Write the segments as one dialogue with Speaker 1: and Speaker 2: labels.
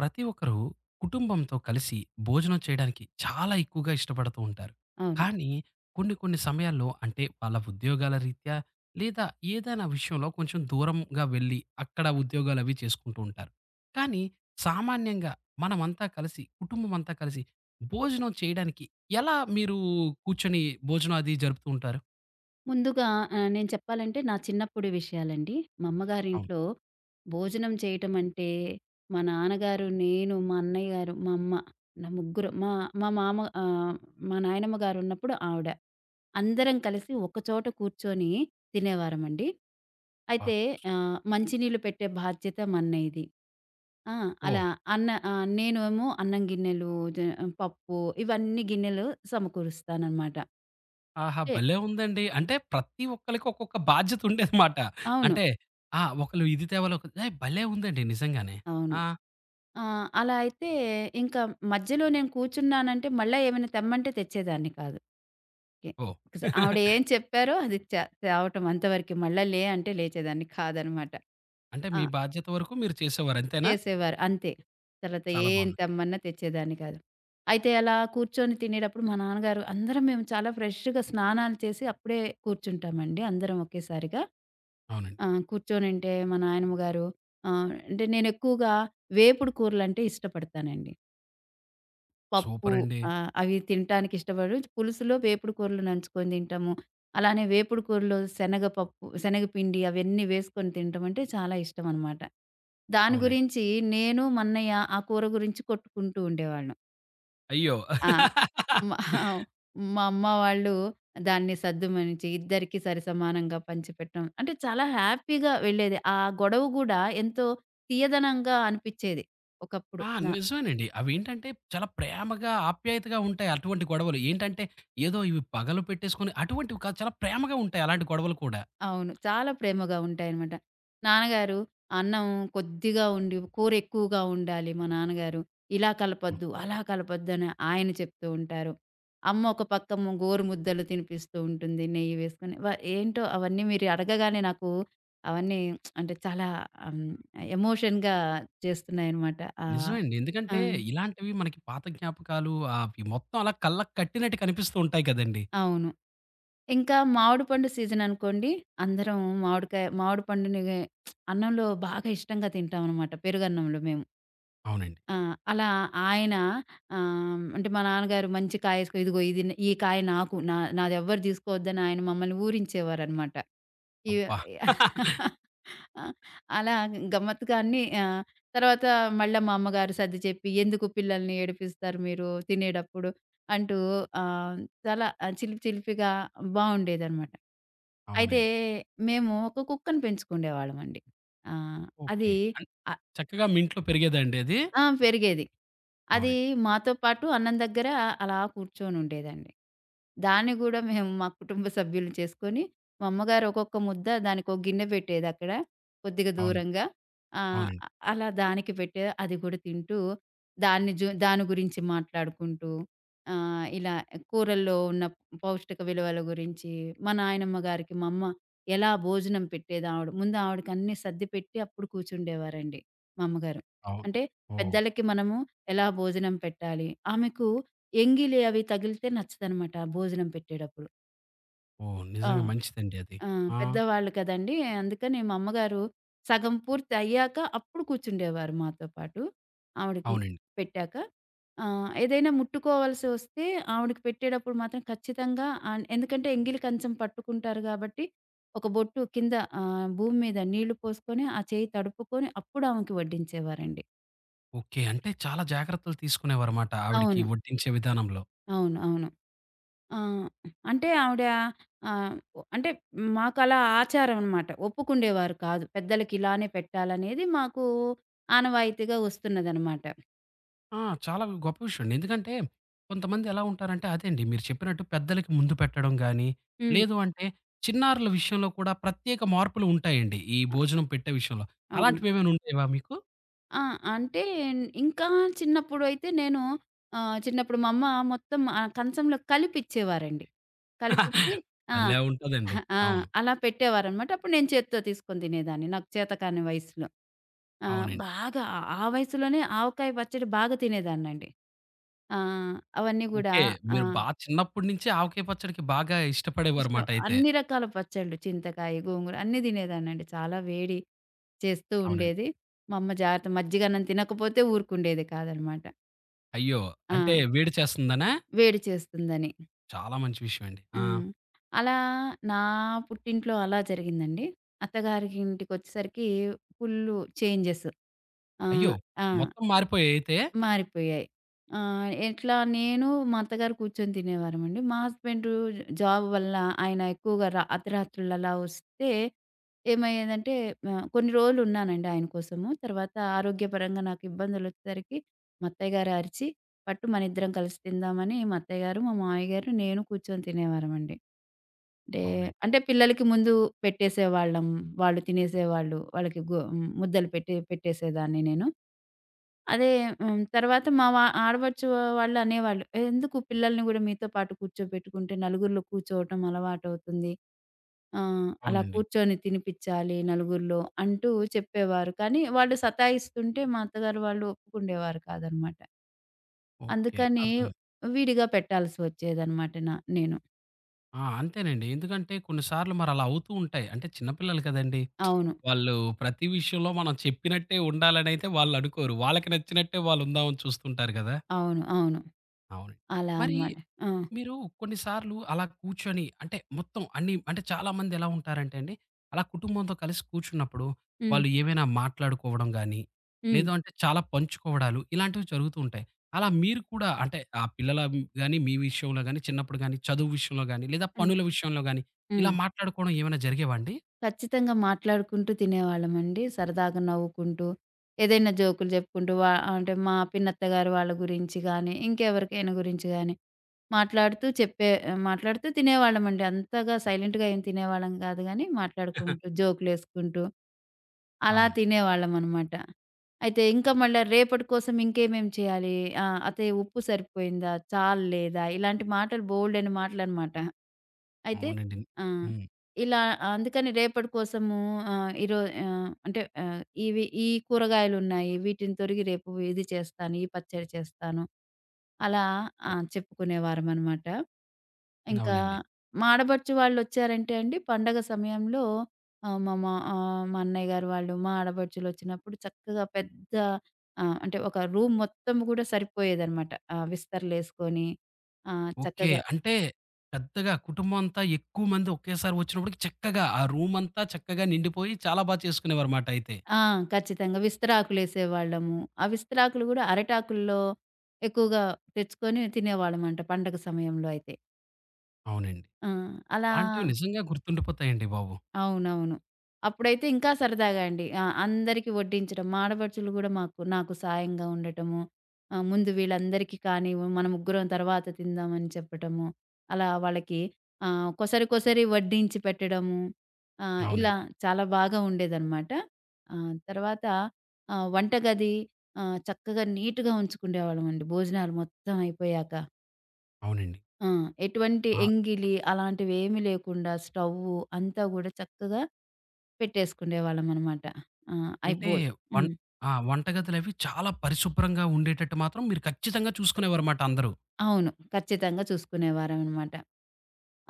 Speaker 1: ప్రతి ఒక్కరు కుటుంబంతో కలిసి భోజనం చేయడానికి చాలా ఎక్కువగా ఇష్టపడుతూ ఉంటారు.
Speaker 2: అవును.
Speaker 1: కానీ కొన్ని కొన్ని సమయాల్లో అంటే వాళ్ళ ఉద్యోగాల రీత్యా లేదా ఏదైనా విషయంలో కొంచెం దూరంగా వెళ్ళి అక్కడ ఉద్యోగాలవి చేసుకుంటూ ఉంటారు. కానీ సామాన్యంగా మనమంతా కలిసి కుటుంబమంతా కలిసి భోజనం చేయడానికి ఎలా మీరు కూర్చొని భోజనం అది జరుపుతూ ఉంటారు?
Speaker 2: ముందుగా నేను చెప్పాలంటే నా చిన్నప్పుడు విషయాలండి. మా
Speaker 1: అవును.
Speaker 2: అమ్మగారింట్లో భోజనం చేయటం అంటే, మా నాన్నగారు, నేను, మా అన్నయ్య గారు, మా అమ్మ నా ముగ్గురం మా మా మామ మా నాయనమ్మ గారున్నప్పుడు ఆవిడ. అందరం కలిసి ఒకచోట కూర్చొని తినేవారమండి.
Speaker 1: అబ్బా!
Speaker 2: అయితే మంచినీళ్ళు పెట్టే బాధ్యత మా అన్నయ్యది. ఆ! అలా
Speaker 1: ఓహ్!
Speaker 2: అన్న నేనేమో అన్నం గిన్నెలు, పప్పు ఇవన్నీ గిన్నెలు సమకూరుస్తాననమాట.
Speaker 1: ఆహా!
Speaker 2: అంటే
Speaker 1: భలే ఉందండి. అంటే ప్రతి ఒక్కళ్ళకి ఒక్కొక్క బాధ్యత ఉండేదమాట.
Speaker 2: అవును.
Speaker 1: అంటే ఆ! ఒకళ్ళు ఇది తేవాలి, ఒకళ్ళు ఏయ్! భలే ఉందండి నిజంగానే.
Speaker 2: అవును.
Speaker 1: ఆ!
Speaker 2: ఆ! అలా అయితే ఇంకా మధ్యలో నేను కూర్చున్నానంటే మళ్ళా ఏమైనా తెమ్మంటే తెచ్చేదాన్ని కాదు. ఓకే.
Speaker 1: ఓహ్!
Speaker 2: ఆవిడ ఏం చెప్పారో అది తేవటం అంతవరకే. మళ్ళా లే అంటే లేచేదాన్ని కాదనమాట.
Speaker 1: అంటే
Speaker 2: ఆ!
Speaker 1: మీ బాధ్యత వరకు మీరు చేసేవారు అంతేనా?
Speaker 2: చేసేవారు అంతే. తర్వాత
Speaker 1: చాలా
Speaker 2: ఏం
Speaker 1: బాగుంది.
Speaker 2: తెమ్మన్నా తెచ్చేదాన్ని కాదు. అయితే అలా కూర్చొని తినేటప్పుడు మా నాన్నగారు అందరం మేము చాలా ఫ్రెష్‌గా స్నానాలు చేసి అప్పుడే కూర్చుంటామండి అందరం ఒకేసారిగా.
Speaker 1: అవునండి.
Speaker 2: కూర్చొనుంటే మా నాయనమ్మ గారు అంటే నేనెక్కువగా వేపుడు కూరలంటే ఇష్టపడతానండి. పప్పు
Speaker 1: సూపర్ అండి.
Speaker 2: ఆ! అవి తినటానికి ఇష్టపడరు. పులుసులో వేపుడు కూరలు నంచుకొని తింటాము. అలానే వేపుడు కూరలో శనగపప్పు, శనగపిండి అవన్నీ వేసుకొని తినటం అంటే చాలా ఇష్టం అనమాట. దాని
Speaker 1: అవునండి.
Speaker 2: గురించి నేను, మా అన్నయ్య ఆ కూర గురించి కొట్టుకుంటూ ఉండేవాళ్ళం.
Speaker 1: అయ్యో!
Speaker 2: ఆ! మా మా అమ్మ వాళ్ళు దాన్ని సద్దుమణిచి ఇద్దరికీ సరి సమానంగా పంచిపెట్టడం. అంటే చాలా హ్యాపీగా వెళ్ళేది. ఆ గొడవ గూడా ఎంతో తీయదనంగా అనిపిచ్చేది ఒకప్పుడు.
Speaker 1: ఆ!
Speaker 2: నా
Speaker 1: నిజమేనండి. అవేంటంటే చాలా ప్రేమగా, ఆప్యాయతగా ఉంటాయి అటువంటి గొడవలు. ఏంటంటే ఏదో ఇవి పగలు పెట్టేసుకొని అటువంటివి కాదు, చాలా ప్రేమగా ఉంటాయి అలాంటి గొడవలు కూడా.
Speaker 2: అవును. చాలా ప్రేమగా ఉంటాయనమాట. నాన్నగారు అన్నం కొద్దిగా ఉండి, కూర ఎక్కువగా ఉండాలి మా నాన్నగారు. ఇలా కలపొద్దు, అలా కలపొద్దని ఆయన చెప్తూ ఉంటారు. అమ్మ ఒక పక్కము గోరుముద్దలు తినిపిస్తూ ఉంటుంది నెయ్యి వేసుకొని. ఏంటో అవన్నీ మీరు అడగగానే నాకు అవన్నీ అంటే చాలా ఆహ్, ఎమోషన్‌గా చేస్తున్నాయనమాట. ఆహ్,
Speaker 1: నిజమే అండి.
Speaker 2: ఆ!
Speaker 1: ఎందుకంటే ఇలాంటివి మనకి పాత జ్ఞాపకాలు అవి మొత్తం అలా కళ్ళకి కట్టినట్టు కనిపిస్తూ ఉంటాయి కదండీ!
Speaker 2: అవును. ఇంకా మామిడి పండు సీజననుకోండి, అందరం మామిడికాయ మామిడి పండుని అన్నంలో బాగా ఇష్టంగా తింటామనమాట. పెరుగన్నంలో మేము.
Speaker 1: అవునండి.
Speaker 2: ఆ! అలా ఆయన అంటే మా నాన్నగారు మంచి కాయేసుకో ఇదిగో ఇది ఈ కాయ నాకు నా నాదెవ్వరు తీసుకోవద్దని ఆయన మమ్మల్ని ఊరించేవారనమాట. ఇ
Speaker 1: అబ్బా!
Speaker 2: అలా గమ్మత్తుగా అన్నీ తర్వాత మళ్ళా మా అమ్మగారు సర్ది చెప్పి, "ఎందుకు పిల్లల్ని ఏడిపిస్తారు మీరు తినేటప్పుడు" అంటూ ఆహ్, చాలా చిలిపి చిలిపిగా బావుండేదనమాట. అయితే
Speaker 1: అవునండి.
Speaker 2: మేము ఒక కుక్కని పెంచుకుండేవాళ్ళమండి. ఆహ్, అది
Speaker 1: ఓకే.
Speaker 2: అ
Speaker 1: చక్కగా మీ ఇంట్లో పెరిగేదా అండి అది?
Speaker 2: ఆ! పెరిగేది. అది
Speaker 1: అవునండి.
Speaker 2: మాతో పాటు అన్నం దగ్గర అలా కూర్చొనుండేదండి. దాన్ని గూడా మేము మా కుటుంబ సభ్యులు చేసుకొని, మా అమ్మగారు ఒక్కొక్క ముద్ద దానికో గిన్నె పెట్టేదక్కడ కొద్దిగా
Speaker 1: అవునండి.
Speaker 2: దూరంగా. ఆహ్,
Speaker 1: అవునండి.
Speaker 2: అలా దానికి పెట్టే అది గూడా తింటూ, దాన్ని దాని గురించి మాట్లాడుకుంటూ, ఇలా కూరల్లో ఉన్న పౌష్టిక విలువల గురించి, మా నాయనమ్మ గారికి మా అమ్మ ఎలా భోజనం పెట్టేదావిడ. ముందు ఆవిడకన్నీ సర్దిపెట్టి అప్పుడు కూర్చుండేవారండి మా అమ్మగారు.
Speaker 1: అవును.
Speaker 2: అంటే
Speaker 1: ఓహ్!
Speaker 2: పెద్దలకి మనము ఎలా భోజనం పెట్టాలి. ఆమెకు ఎంగిలి అవి తగిలితే నచ్చదనమాట భోజనం పెట్టేటప్పుడు.
Speaker 1: ఓహ్!
Speaker 2: ఆ!
Speaker 1: నిజంగా మంచిదండి అది.
Speaker 2: ఆ!
Speaker 1: ఆ!
Speaker 2: పెద్దవాళ్ళు కదండీ! అందుకని మా అమ్మగారు సగం పూర్తి అయ్యాక అప్పుడు కూర్చుండేవారు మాతో పాటు. ఆవిడకి
Speaker 1: అవునండి.
Speaker 2: పెట్టాక. ఏదైనా ముట్టుకోవాల్సి వస్తే ఆవిడకి పెట్టేటప్పుడు మాత్రం ఖచ్చితంగా ఎందుకంటే ఎంగిలి కంచం పట్టుకుంటారు కాబట్టి, ఒక బొట్టు కింద భూమి మీద నీళ్లు పోసుకొని, ఆ చేయి తడుపుకొని అప్పుడు ఆమెకి వడ్డించేవారండి.
Speaker 1: ఓకే. అంటే చాలా జాగ్రత్తలు తీసుకునేవారమాట ఆవిడకి
Speaker 2: అవును.
Speaker 1: వడ్డించే విధానంలో.
Speaker 2: అవును. అవును. ఆ! అంటే ఆవిడ ఆహ్, అంటే మాకలా ఆచారం అనమాట. ఒప్పుకుండేవారు కాదు. పెద్దలకి ఇలానే పెట్టాలనేది మాకు ఆనవాయితీగా వస్తున్నదనమాట.
Speaker 1: ఆ! చాలా గొప్ప విషయం అండి. ఎందుకంటే కొంతమంది ఎలా ఉంటారంటే అదే అండి మీరు చెప్పినట్టు పెద్దలకి ముందు పెట్టడం గాని,
Speaker 2: హ్మ్.
Speaker 1: లేదు అంటే చిన్నారుల విషయంలో కూడా ప్రత్యేక మార్పులు ఉంటాయండి ఈ భోజనం పెట్టే విషయంలో.
Speaker 2: అవును.
Speaker 1: అలాంటివేమైనా ఉండేవా మీకు?
Speaker 2: ఆ! అంటే ఇంకా చిన్నప్పుడైతే నేను చిన్నప్పుడు మా అమ్మ మొత్తం ఆ కంచంలో కలిపిచ్చేవారండి. కలిపిచ్చి ఆ!
Speaker 1: భలే ఉంటదండి.
Speaker 2: ఆ!
Speaker 1: అవును.
Speaker 2: అలా పెట్టేవారనమాట. అప్పుడు నేను చేత్తో తీసుకొని తినేదాన్ని. నాకు చేతకాని వయసులో. ఆ!
Speaker 1: అవునండి.
Speaker 2: బాగా ఆ ఆ వయసులోనే ఆవకాయ పచ్చడి బాగా తినేదాన్నండి. ఆహ్, అవన్నీ గూడా
Speaker 1: ఓకే.
Speaker 2: ఆ!
Speaker 1: మీరు చిన్నప్పటి నుంచే ఆవకాయ పచ్చడికి బాగా
Speaker 2: ఇష్టం.
Speaker 1: ఇష్టపడేవారుమాట అయితే.
Speaker 2: అన్ని రకాల పచ్చళ్ళు చింతకాయ, గోంగూర అన్నీ తినేదాన్నండి. చాలా వేడి చేస్తూ
Speaker 1: అవునండి.
Speaker 2: ఉండేది. మా అమ్మ జాగ్రత్త మజ్జిగన్నం తినకపోతే ఊరుకుండేది కాదనమాట.
Speaker 1: అయ్యో!
Speaker 2: ఆ!
Speaker 1: అంటే వేడి చేస్తుందనా?
Speaker 2: వేడి చేస్తుందని.
Speaker 1: చాలా మంచి విషయం అండి. ఆ!
Speaker 2: హ్మ్. అలా నా పుట్టింట్లో అలా జరిగిందండి. అత్తగారి ఇంటికొచ్చేసరికి ఫుల్లు చేంజెస్. ఆ!
Speaker 1: అయ్యో!
Speaker 2: ఆ!
Speaker 1: మొత్తం మారిపోయాయి అయితే.
Speaker 2: మారిపోయాయి. ఎట్లా నేను, మా అత్తగారు కూర్చొని తినేవారమండి. మా హస్బెండు జాబ్ వల్ల ఆయన ఎక్కువగా అర్ధరాత్రులు అలా వస్తే ఏమయ్యేదంటే కొన్ని రోజులున్నానండి ఆయన కోసము. తర్వాత ఆరోగ్యపరంగా నాకు ఇబ్బందులొచ్చేసరికి మా అత్తయ్య గారు అరిచి, పట్టు మనిద్దరం కలిసి తిందామని మా అత్తయ్య గారు, మా మామయ్య గారు, నేను కూర్చొని తినేవారమండి. అంటే,
Speaker 1: అవునండి.
Speaker 2: అంటే పిల్లలకి ముందు పెట్టేసేవాళ్ళం. వాళ్ళు తినేసేవాళ్ళు. వాళ్ళకి ముద్దలు పెట్టేసేదాన్ని నేను. అదే హ్మ్. తర్వాత మా ఆడపడుచు వాళ్ళు అనేవాళ్ళు. "ఏ, "ఎందుకు పిల్లల్ని గూడా మీతో పాటు కూర్చోబెట్టుకుంటే నలుగురిలో కూర్చోవటం అలవాటవుతుంది. అలా
Speaker 1: అవునండి.
Speaker 2: కూర్చొని తినిపిచ్చాలి నలుగురిలో" అంటూ చెప్పేవారు. కానీ వాళ్ళు సతాయిస్తుంటే మా అత్తగారు వాళ్ళు ఒప్పుకుండేవారు కాదనమాట.
Speaker 1: ఓకే.
Speaker 2: అందుకని
Speaker 1: అర్థమైంది.
Speaker 2: విడిగా పెట్టాల్సి వచ్చేదనమాట నేను.
Speaker 1: ఆ! అంతేనండి. ఎందుకంటే కొన్ని సార్లు మరలా అవుతూ ఉంటాయి. అంటే చిన్న పిల్లలు కదండీ!
Speaker 2: అవును.
Speaker 1: వాళ్ళు ప్రతి విషయంలో మనం చెప్పినట్టే ఉండాలనైతే వాళ్ళనుకోరు. వాళ్ళకి నచ్చినట్టే వాళ్ళుందామని చూస్తుంటారు గదా!
Speaker 2: అవును. అవును.
Speaker 1: అవును.
Speaker 2: అలా
Speaker 1: మరి
Speaker 2: అనమాట. ఆ!
Speaker 1: మీరు కొన్ని సార్లు అలా కూర్చొని అంటే మొత్తం అన్ని అంటే చాలామంది ఎలా ఉంటారంటే అండి, అలా కుటుంబంతో కలిసి కూర్చున్నప్పుడు
Speaker 2: హ్మ్.
Speaker 1: వాళ్ళు ఏమైనా మాట్లాడుకోవడం గానీ,
Speaker 2: హ్మ్.
Speaker 1: లేదు అంటే చాలా పంచుకోవడాలు ఇలాంటివి జరుగుతూ ఉంటాయి. అలా మీరు కూడా అంటే ఆ పిల్లల గానీ, మీ విషయంలో గానీ, చిన్నప్పుడు గానీ, చదువు విషయంలో గానీ, లేదా
Speaker 2: హ్మ్.
Speaker 1: పనుల విషయంలో గానీ, ఇలా
Speaker 2: హ్మ్.
Speaker 1: మాట్లాడుకోవడం ఏమైనా జరిగేవా అండి?
Speaker 2: ఖచ్చితంగా మాట్లాడుకుంటూ తినేవాళ్ళమండి. సరదాగా నవ్వుకుంటూ, ఏదైనా జోకులు జెప్పుకుంటూ అంటే మా పిన్నత్త గారు వాళ్ళ గురించి గానీ, ఇంకెవరికైనా గురించి గానీ, మాట్లాడుతూ తినేవాళ్ళమండి. అంతగా సైలెంట్‌గా ఏం తినేవాళ్ళం గాదు గానీ, మాట్లాడుకుంటూ, జోకులేసుకుంటూ అలా
Speaker 1: అవును.
Speaker 2: తినేవాళ్ళమనమాట. అయితే ఇంకా మళ్ళా రేపటి కోసం ఇంకేమేం చేయాలి? ఆ! అతే ఉప్పు సరిపోయిందా? చాలు లేదా? ఇలాంటి మాటలు బోలెడన్ని మాటలనమాట. అయితే
Speaker 1: అవునండి.
Speaker 2: ఆ!
Speaker 1: హ్మ్.
Speaker 2: ఇలా అందుకని రేపటి కోసము ఆహ్, ఈరో ఆహ్, అంటే ఆహ్, ఇవి ఈ కూరగాయలున్నాయి. వీటిని తొరిగి రేపు ఇది చేస్తాను, ఈ పచ్చడి చేస్తాను. అలా ఆ! చెప్పుకునేవారమనమాట. ఇంకా
Speaker 1: అవునండి.
Speaker 2: మా ఆడపడుచు వాళ్ళొచ్చారంటే అండి పండగ సమయంలో ఆహ్, మా మా ఆహ్, మా అన్నయ్య గారు వాళ్ళు, మా ఆడపడుచులొచ్చినప్పుడు చక్కగా పెద్ద అంటే ఒక రూమ్ మొత్తం గూడా సరిపోయేదనమాట. విస్తరలేసుకొని
Speaker 1: ఓకే.
Speaker 2: చక్కగా
Speaker 1: అంటే పెద్దగా కుటుంబం అంతా ఎక్కువ మంది ఒకేసారి వచ్చినప్పటికి చక్కగా ఆ రూమ్ అంతా చక్కగా నిండిపోయి చాలా బా చేసుకునేవారుమాట అయితే.
Speaker 2: ఆ! ఖచ్చితంగా విస్తరాకులేసేవాళ్ళము. ఆ విస్తరాకులు గూడా అరిటాకుల్లో ఎక్కువగా తెచ్చుకొని తినేవాళ్ళమంట పండగ సమయంలో అయితే.
Speaker 1: అవునండి.
Speaker 2: ఆ! అలా
Speaker 1: అలాంటివి నిజంగా గుర్తుండిపోతాయండి బాబు.
Speaker 2: అవునవును. అప్పుడైతే ఇంకా సరదాగా అండి. ఆ! అందరికి వడ్డించడం, మా ఆడపడుచులు గూడా నాకు సాయంగా ఉండటము, ముందు వీళ్ళందరికీ కానివ్వు, మన ముగ్గురం తర్వాత తిందామని చెప్పటము, అలా వాళ్ళకి కొసరి కొసరి వడ్డించి పెట్టడము, ఇలా
Speaker 1: అవునండి.
Speaker 2: చాలా బాగా ఉండేదనమాట. తర్వాత వంటగది చక్కగా నీట్‌గా ఉంచుకుండేవాళ్ళమండి భోజనాలు మొత్తం అయిపోయాక.
Speaker 1: అవునండి.
Speaker 2: ఆ! ఎటువంటి
Speaker 1: ఆ!
Speaker 2: ఎంగిలి అలాంటివేమి లేకుండా స్టవ్వు అంతా గూడా చక్కగా పెట్టేసుకునేవాళ్ళమనమాట. ఆ!
Speaker 1: అంటే
Speaker 2: అయిపో
Speaker 1: వం
Speaker 2: హ్మ్.
Speaker 1: ఆ! వంటగదులవి చాలా పరిశుభ్రంగా ఉండేటట్టు మాత్రం మీరు ఖచ్చితంగా చూసుకునేవారుమాట అందరూ.
Speaker 2: అవును. ఖచ్చితంగా చూసుకునేవారమనమాట.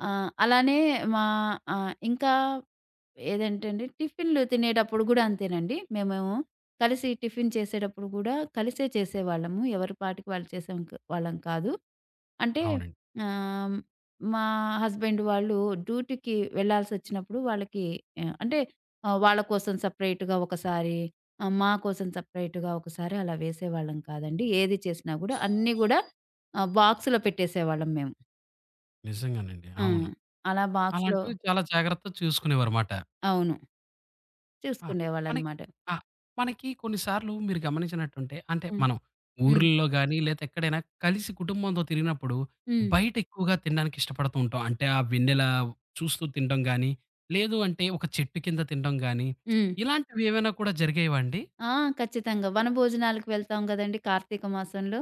Speaker 2: అలానే మా ఇంకా ఏదంటే అండి, టిఫిన్‌లు తినేటప్పుడు గూడా అంతేనండి. మేమేమో కలిసి టిఫిన్ చేసేటప్పుడు గూడా కలిసే చేసేవాళ్ళము. ఎవరి పాటికి వాళ్ళు చేసేం క్ వాళ్ళం కాదు. అంటే
Speaker 1: అవునండి.
Speaker 2: ఆహ్, మా హస్బెండ్ వాళ్ళు డ్యూటీకి వెళ్ళాల్సొచ్చినప్పుడు వాళ్ళకి ఆహ్, అంటే వాళ్ళ కోసం సెపరేట్‌గా ఒకసారి, మా కోసం సెపరేట్‌గా ఒకసారి అలా వేసేవాళ్ళం కాదండి. ఏది చేసినా గూడా అన్నీ గూడా బాక్స్‌లో పెట్టేసేవాళ్ళం మేము.
Speaker 1: నిజంగానండి.
Speaker 2: ఆ!
Speaker 1: అవును.
Speaker 2: అలా బాక్స్‌లో
Speaker 1: అలాంటివి చాలా జాగ్రత్తగా చూసుకునేవారుమాట.
Speaker 2: అవును.
Speaker 1: ఆ! మనకి
Speaker 2: చూసుకునేవాళ్ళనమాట.
Speaker 1: ఆ! మనకి కొన్ని సార్లు మీరు గమనించినట్టుంటే అంటే
Speaker 2: హ్మ్.
Speaker 1: మనం
Speaker 2: హ్మ్.
Speaker 1: ఊర్లలో గాని లేతే ఎక్కడైనా కలిసి కుటుంబంతో తిరిగినప్పుడు
Speaker 2: హ్మ్.
Speaker 1: బయట ఎక్కువగా తినడానికి ఇష్టపడుతూ ఉంటాం. అంటే ఆ వెన్నెల చూస్తూ తినడం గాని, లేదు అంటే ఒక చెట్టు కింద తినడం గాని
Speaker 2: హ్మ్.
Speaker 1: ఇలాంటివి ఏమైనా కూడా జరిగేవా అండి?
Speaker 2: ఆ! ఖచ్చితంగా. వనభోజనాలకు వెళ్తాం గదండీ కార్తీక మాసంలో.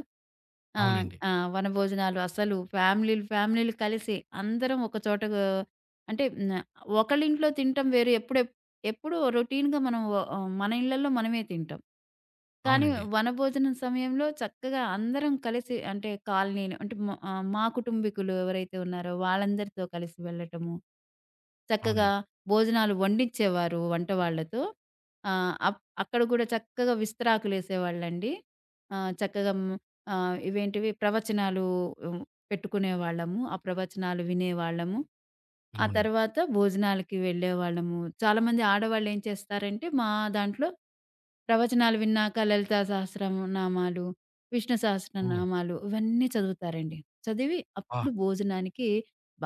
Speaker 2: ఆ!
Speaker 1: అవునండి.
Speaker 2: ఆ! వనభోజనాలు అసలు ఫ్యామిలీలు, ఫ్యామిలీలు కలిసి అందరం ఒక చోట అంటే హ్మ్. ఒకళ్ళింట్లో తినటం వేరు. ఎప్పుడూ రొటీన్‌గా మనం మన ఇళ్ళల్లో మనమే తింటాం. కానీ
Speaker 1: అవునండి.
Speaker 2: వనభోజనం సమయంలో చక్కగా అందరం కలిసి అంటే కాలనీలు అంటే మా కుటుంబీకులు ఎవరైతే ఉన్నారో వాళ్ళందరితో కలిసి వెళ్ళటము. చక్కగా
Speaker 1: అవునండి.
Speaker 2: భోజనాలు వండించేవారు వంట వాళ్ళతో. ఆహ్, అప్ అక్కడ కూడా చక్కగా విస్తరాకులేసేవాళ్ళండి. చక్కగా హ్మ్, ఇవేంటివి ప్రవచనాలు హ్మ్, పెట్టుకునేవాళ్ళము. ఆ ప్రవచనాలు వినేవాళ్ళము. ఆ
Speaker 1: అవునండి.
Speaker 2: తర్వాత భోజనాలకి వెళ్ళేవాళ్ళము. చాలామంది ఆడవాళ్ళేం చేస్తారంటే మా దాంట్లో ప్రవచనాలు విన్నాక లలితా సహస్రనామాలు, విష్ణు
Speaker 1: ఓహ్!
Speaker 2: సహస్రనామాలు ఇవన్నీ చదువుతారండి. చదివి
Speaker 1: ఆ!
Speaker 2: అప్పుడు భోజనానికి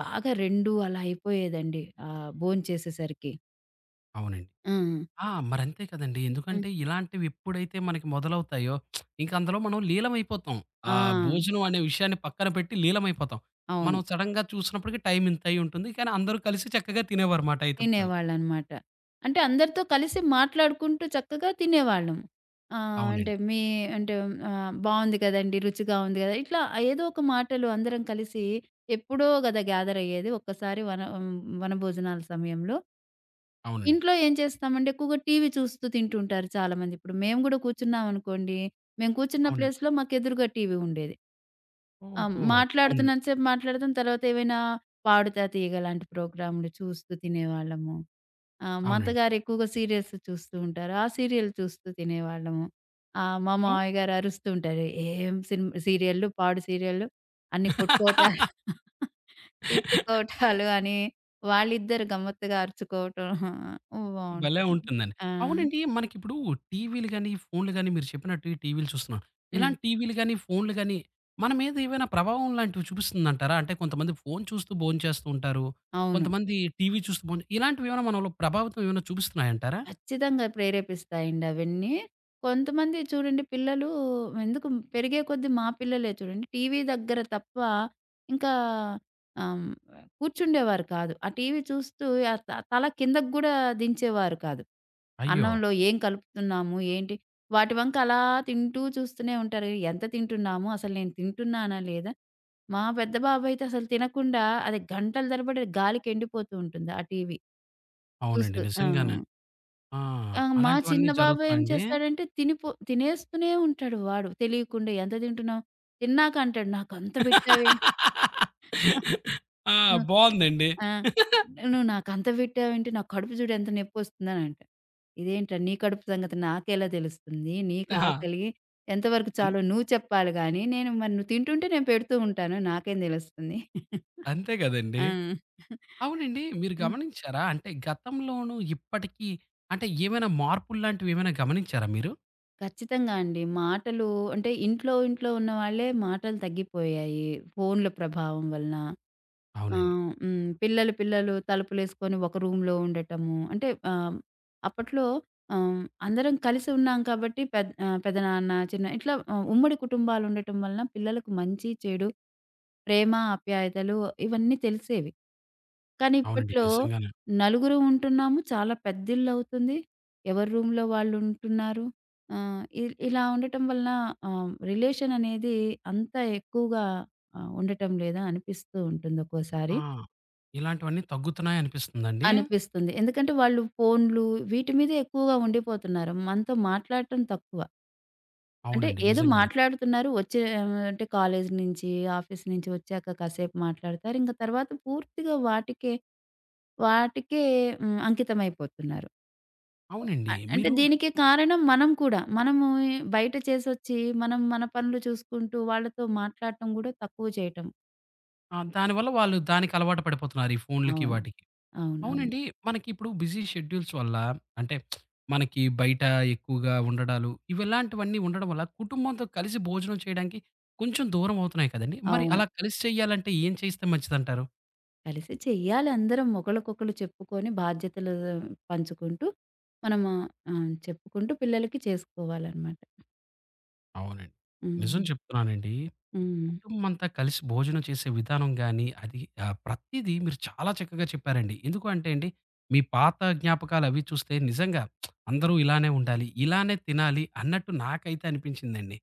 Speaker 2: బాగా 2 అలా అయిపోయేదండి. భోంచేసేసరికి.
Speaker 1: అవునండి.
Speaker 2: ఆ!
Speaker 1: ఆ! మరంతే కదండీ.
Speaker 2: హ్మ్.
Speaker 1: ఎందుకంటే ఇలాంటివి ఎప్పుడైతే మనకి మొదలవుతాయో ఇంక అందులో మనం లీలమైపోతాం.
Speaker 2: ఆ!
Speaker 1: ఆ భోజనం అనే విషయాన్ని పక్కన పెట్టి లీలమైపోతాం.
Speaker 2: అవును.
Speaker 1: మనం సడెన్‌గా చూసినప్పటికి టైం ఇంత అయ్యి ఉంటుంది. కానీ అందరూ కలిసి చక్కగా తినేవారుమాట అయితే ఇప్పుడు.
Speaker 2: తినేవాళ్ళనమాట. అంటే అందరితో కలిసి మాట్లాడుకుంటూ చక్కగా తినేవాళ్ళం. అంటే
Speaker 1: అవునండి.
Speaker 2: మీ అంటే బావుంది కదండీ! రుచిగా ఉంది కదా! ఇట్లా ఏదో ఒక మాటలు అందరం కలిసి ఎప్పుడో కదా గ్యాదరయ్యేది. ఒక్కసారి వన హ్మ్, వనభోజనాల సమయంలో.
Speaker 1: అవునండి.
Speaker 2: ఇంట్లో ఏం చేస్తామంటే ఎక్కువగా టీవీ చూస్తూ తింటుంటారు చాలామంది. ఇప్పుడు మేము గూడా కూర్చున్నామనుకోండి, మేము కూర్చున్న
Speaker 1: అవునండి.
Speaker 2: ప్లేస్‌లో మాకెదురుగా టీవీ ఉండేది.
Speaker 1: ఓహో! అవునండి.
Speaker 2: మాట్లాడుతున్నంత సేపు మాట్లాడతాం. తర్వాత ఏవైనా పాడుతా తీగ లాంటి ప్రోగ్రామ్‌లు చూస్తూ తినేవాళ్ళము. మా
Speaker 1: అవునండి.
Speaker 2: అత్తగారు ఎక్కువగా సీరియల్స్ చూస్తూ ఉంటారు. ఆ సీరియల్ చూస్తూ తినేవాళ్ళము. మా
Speaker 1: అవు
Speaker 2: మామయ్య గారు అరుస్తూ ఉంటారు. "ఏం సినిమా సీరియల్లు, పాడు సీరియల్లు అన్ని కొట్టుకోవటాలు" తిట్టుకోవటాలు అని వాళ్ళిద్దరు గమ్మత్తుగా అరుచుకోవటం
Speaker 1: భలే
Speaker 2: బావుంటుంది.
Speaker 1: ఉంటుందండి.
Speaker 2: ఆ!
Speaker 1: అవునండి. మనకిప్పుడు టీవీలు గాని, ఫోన్‌లు గాని మీరు చెప్పినట్టు ఈ టీవీలు చూస్తున్నాం.
Speaker 2: హ్మ్.
Speaker 1: ఇలాంటి టీవీలు గాని, ఫోన్‌లు గాని మన మీద ఏవైనా ప్రభావం లాంటివి చూపిస్తుందంటారా? అంటే కొంతమంది ఫోను చూస్తూ భోంచేస్తూ ఉంటారు.
Speaker 2: అవును.
Speaker 1: కొంతమంది టీవీ చూస్తూ భోం ఇలాంటివేమైనా మనలో ప్రభావితం ఏమైనా చూపిస్తున్నాయంటారా?
Speaker 2: ఖచ్చితంగా ప్రేరేపిస్తాయండి అవన్నీ. కొంతమంది చూడండి పిల్లలు ఎందుకు పెరిగే కొద్దీ మా పిల్లలే చూడండి టీవీ దగ్గర తప్ప ఇంకా కూర్చుండేవారు కాదు. ఆ టీవీ చూస్తూ ఆహ్, త తల కిందకి గూడా దించేవారు కాదు.
Speaker 1: అయ్యో!
Speaker 2: అన్నంలో ఏం కలుపుతున్నాము? ఏంటి? వాటి వంక అలా తింటూ చూస్తూనే ఉంటారు. ఎంత తింటున్నాము? అసలు నేను తింటున్నానా? లేదా? మా పెద్ద బాబు అయితే అసలు తినకుండా అది గంటల తరబడి గాలికి ఎండిపోతూ ఉంటుంది ఆ టీవీ
Speaker 1: అవునండి.
Speaker 2: చూస్తూ. ఆ!
Speaker 1: నిజంగానే. ఆ!
Speaker 2: ఆ! మా
Speaker 1: అలాంటివన్నీ
Speaker 2: చిన్న బాబు ఏం
Speaker 1: జరుగుతున్నాయండి.
Speaker 2: చేస్తాడంటే తినేస్తూనే ఉంటాడు వాడు తెలియకుండా. ఎంత తింటున్నావు? తిన్నాక అంటాడు నాకంత పెట్టావేంటి?
Speaker 1: ఆ!
Speaker 2: నువ్వు
Speaker 1: బావుందండి.
Speaker 2: ఆ! నువ్వు నాకంత పెట్టావేంటి? నా కడుపు చూడు ఎంత నొప్పొస్తుందని అంటాడు. ఇదేంట్రా నీ కడుపు సంగతి నాకెలా తెలుస్తుంది? నీకు
Speaker 1: ఆ!
Speaker 2: ఆకలి ఎంతవరకు
Speaker 1: అన్
Speaker 2: చాలో నువ్వు చెప్పాలి గానీ, నేను మరి నువ్వు తింటుంటే నేను పెడుతూ ఉంటాను. నాకేం తెలుస్తుంది?
Speaker 1: అంతే
Speaker 2: ఆ!
Speaker 1: గదండీ! అవునండి. మీరు గమనించారా? అంటే గతంలోను, ఇప్పటికి అంటే ఏమైనా మార్పుల్లాంటివి ఏమైనా గమనించారా మీరు?
Speaker 2: ఖచ్చితంగా అండి. మాటలు అంటే ఇంట్లో ఇంట్లో ఉన్నవాళ్ళే మాటలు తగ్గిపోయాయి. ఫోన్‌ల ప్రభావం వలన.
Speaker 1: అవునండి.
Speaker 2: ఆహ్, హ్మ్. పిల్లలు పిల్లలు తలుపులేసుకొని ఒక రూమ్‌లో ఉండటము. అంటే అప్పట్లో అందరం కలిసి ఉన్నాం కాబట్టి పెదనాన్న, చిన్న ఇట్లా ఉమ్మడి కుటుంబాలు ఉండటం వలన పిల్లలకు మంచి, చెడు ప్రేమ, ఆప్యాయతలు ఇవన్నీ తెలిసేవి. కానీ
Speaker 1: అవునండి.
Speaker 2: ఇప్పట్లో
Speaker 1: నిజంగానే.
Speaker 2: నలుగురు ఉంటున్నాము. చాలా పెద్దిల్లవుతుంది. ఎవరి రూమ్‌లో వాళ్ళుంటున్నారు. ఆహ్, ఇ ఇలా ఉండటం వలన రిలేషన్ అనేది అంత ఎక్కువగా ఉండటం లేదా అనిపిస్తూ ఉంటుంది ఒక్కోసారి.
Speaker 1: ఆ! ఇలాంటివన్నీ తగ్గుతున్నాయి అనిపిస్తుందండి.
Speaker 2: అనిపిస్తుంది. ఎందుకంటే వాళ్ళు ఫోన్లు వీటి మీదే ఎక్కువగా ఉండిపోతున్నారు. మనతో మాట్లాడటం తక్కువ. అంటే
Speaker 1: అవునండి.
Speaker 2: ఏదో
Speaker 1: నిజంగానే.
Speaker 2: మాట్లాడుతున్నారు. వచ్చే అంటే కాలేజ్ నుంచి, ఆఫీస్ నుంచి వచ్చాక కాసేపు మాట్లాడతారు. ఇంక తర్వాత పూర్తిగా వాటికే హ్మ్, అంకితమైపోతున్నారు.
Speaker 1: అవునండి.
Speaker 2: అంటే
Speaker 1: మీరు
Speaker 2: దీనికి కారణం మనం కూడా. మనము బయట చేసొచ్చి, మనం మన పనులు చూసుకుంటూ వాళ్ళతో మాట్లాడటం గూడా తక్కువ చేయటం.
Speaker 1: దానివల్ల వాళ్ళు దానికి అలవాటు పడిపోతున్నారు ఈ ఫోన్‌లకి
Speaker 2: అవును.
Speaker 1: వాటికి.
Speaker 2: అవునవును. అవును.
Speaker 1: అవునండి. మనకి ఇప్పుడు బిజీ షెడ్యూల్స్ వల్ల అంటే మనకి బయట ఎక్కువగా ఉండడాలు, ఇవిలాంటివన్నీ ఉండడం వల్ల కుటుంబంతో కలిసి భోజనం చేయడానికి కొంచెం దూరం అవుతున్నాయి కదండీ! మరి
Speaker 2: అవును
Speaker 1: అలా కలిసి చేయాలంటే ఏం చేస్తే మంచిదంటారు?
Speaker 2: కలిసి చెయ్యాలి అందరం. ఒకళ్ళకొకళ్ళు చెప్పుకొని బాధ్యతలు పంచుకుంటూ మనము చెప్పుకుంటూ పిల్లలకి చేసుకోవాలనమాట.
Speaker 1: అవునండి. నిజం
Speaker 2: హ్మ్.
Speaker 1: చెప్తున్నానండి.
Speaker 2: హ్మ్.
Speaker 1: కుటుంబమంతా కలిసి భోజనం చేసే విధానం గాని, అది ప్రతీదీ మీరు చాలా చక్కగా చెప్పారండి. ఎందుకు అంటే అండి, మీ పాత జ్ఞాపకాలవి చూస్తే నిజంగా అందరూ ఇలానే ఉండాలి, ఇలానే తినాలి అన్నట్టు నాకైతే అనిపించిందండి.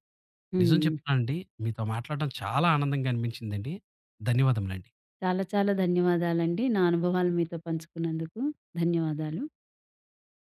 Speaker 1: నిజం
Speaker 2: హ్మ్.
Speaker 1: చెప్తున్నానండి. మీతో మాట్లాడడం చాలా ఆనందంగా అనిపించిందండి. ధన్యవాదములండి.
Speaker 2: చాలా చాలా ధన్యవాదాలండి. నా అనుభవాలు మీతో పంచుకున్నందుకు ధన్యవాదాలు.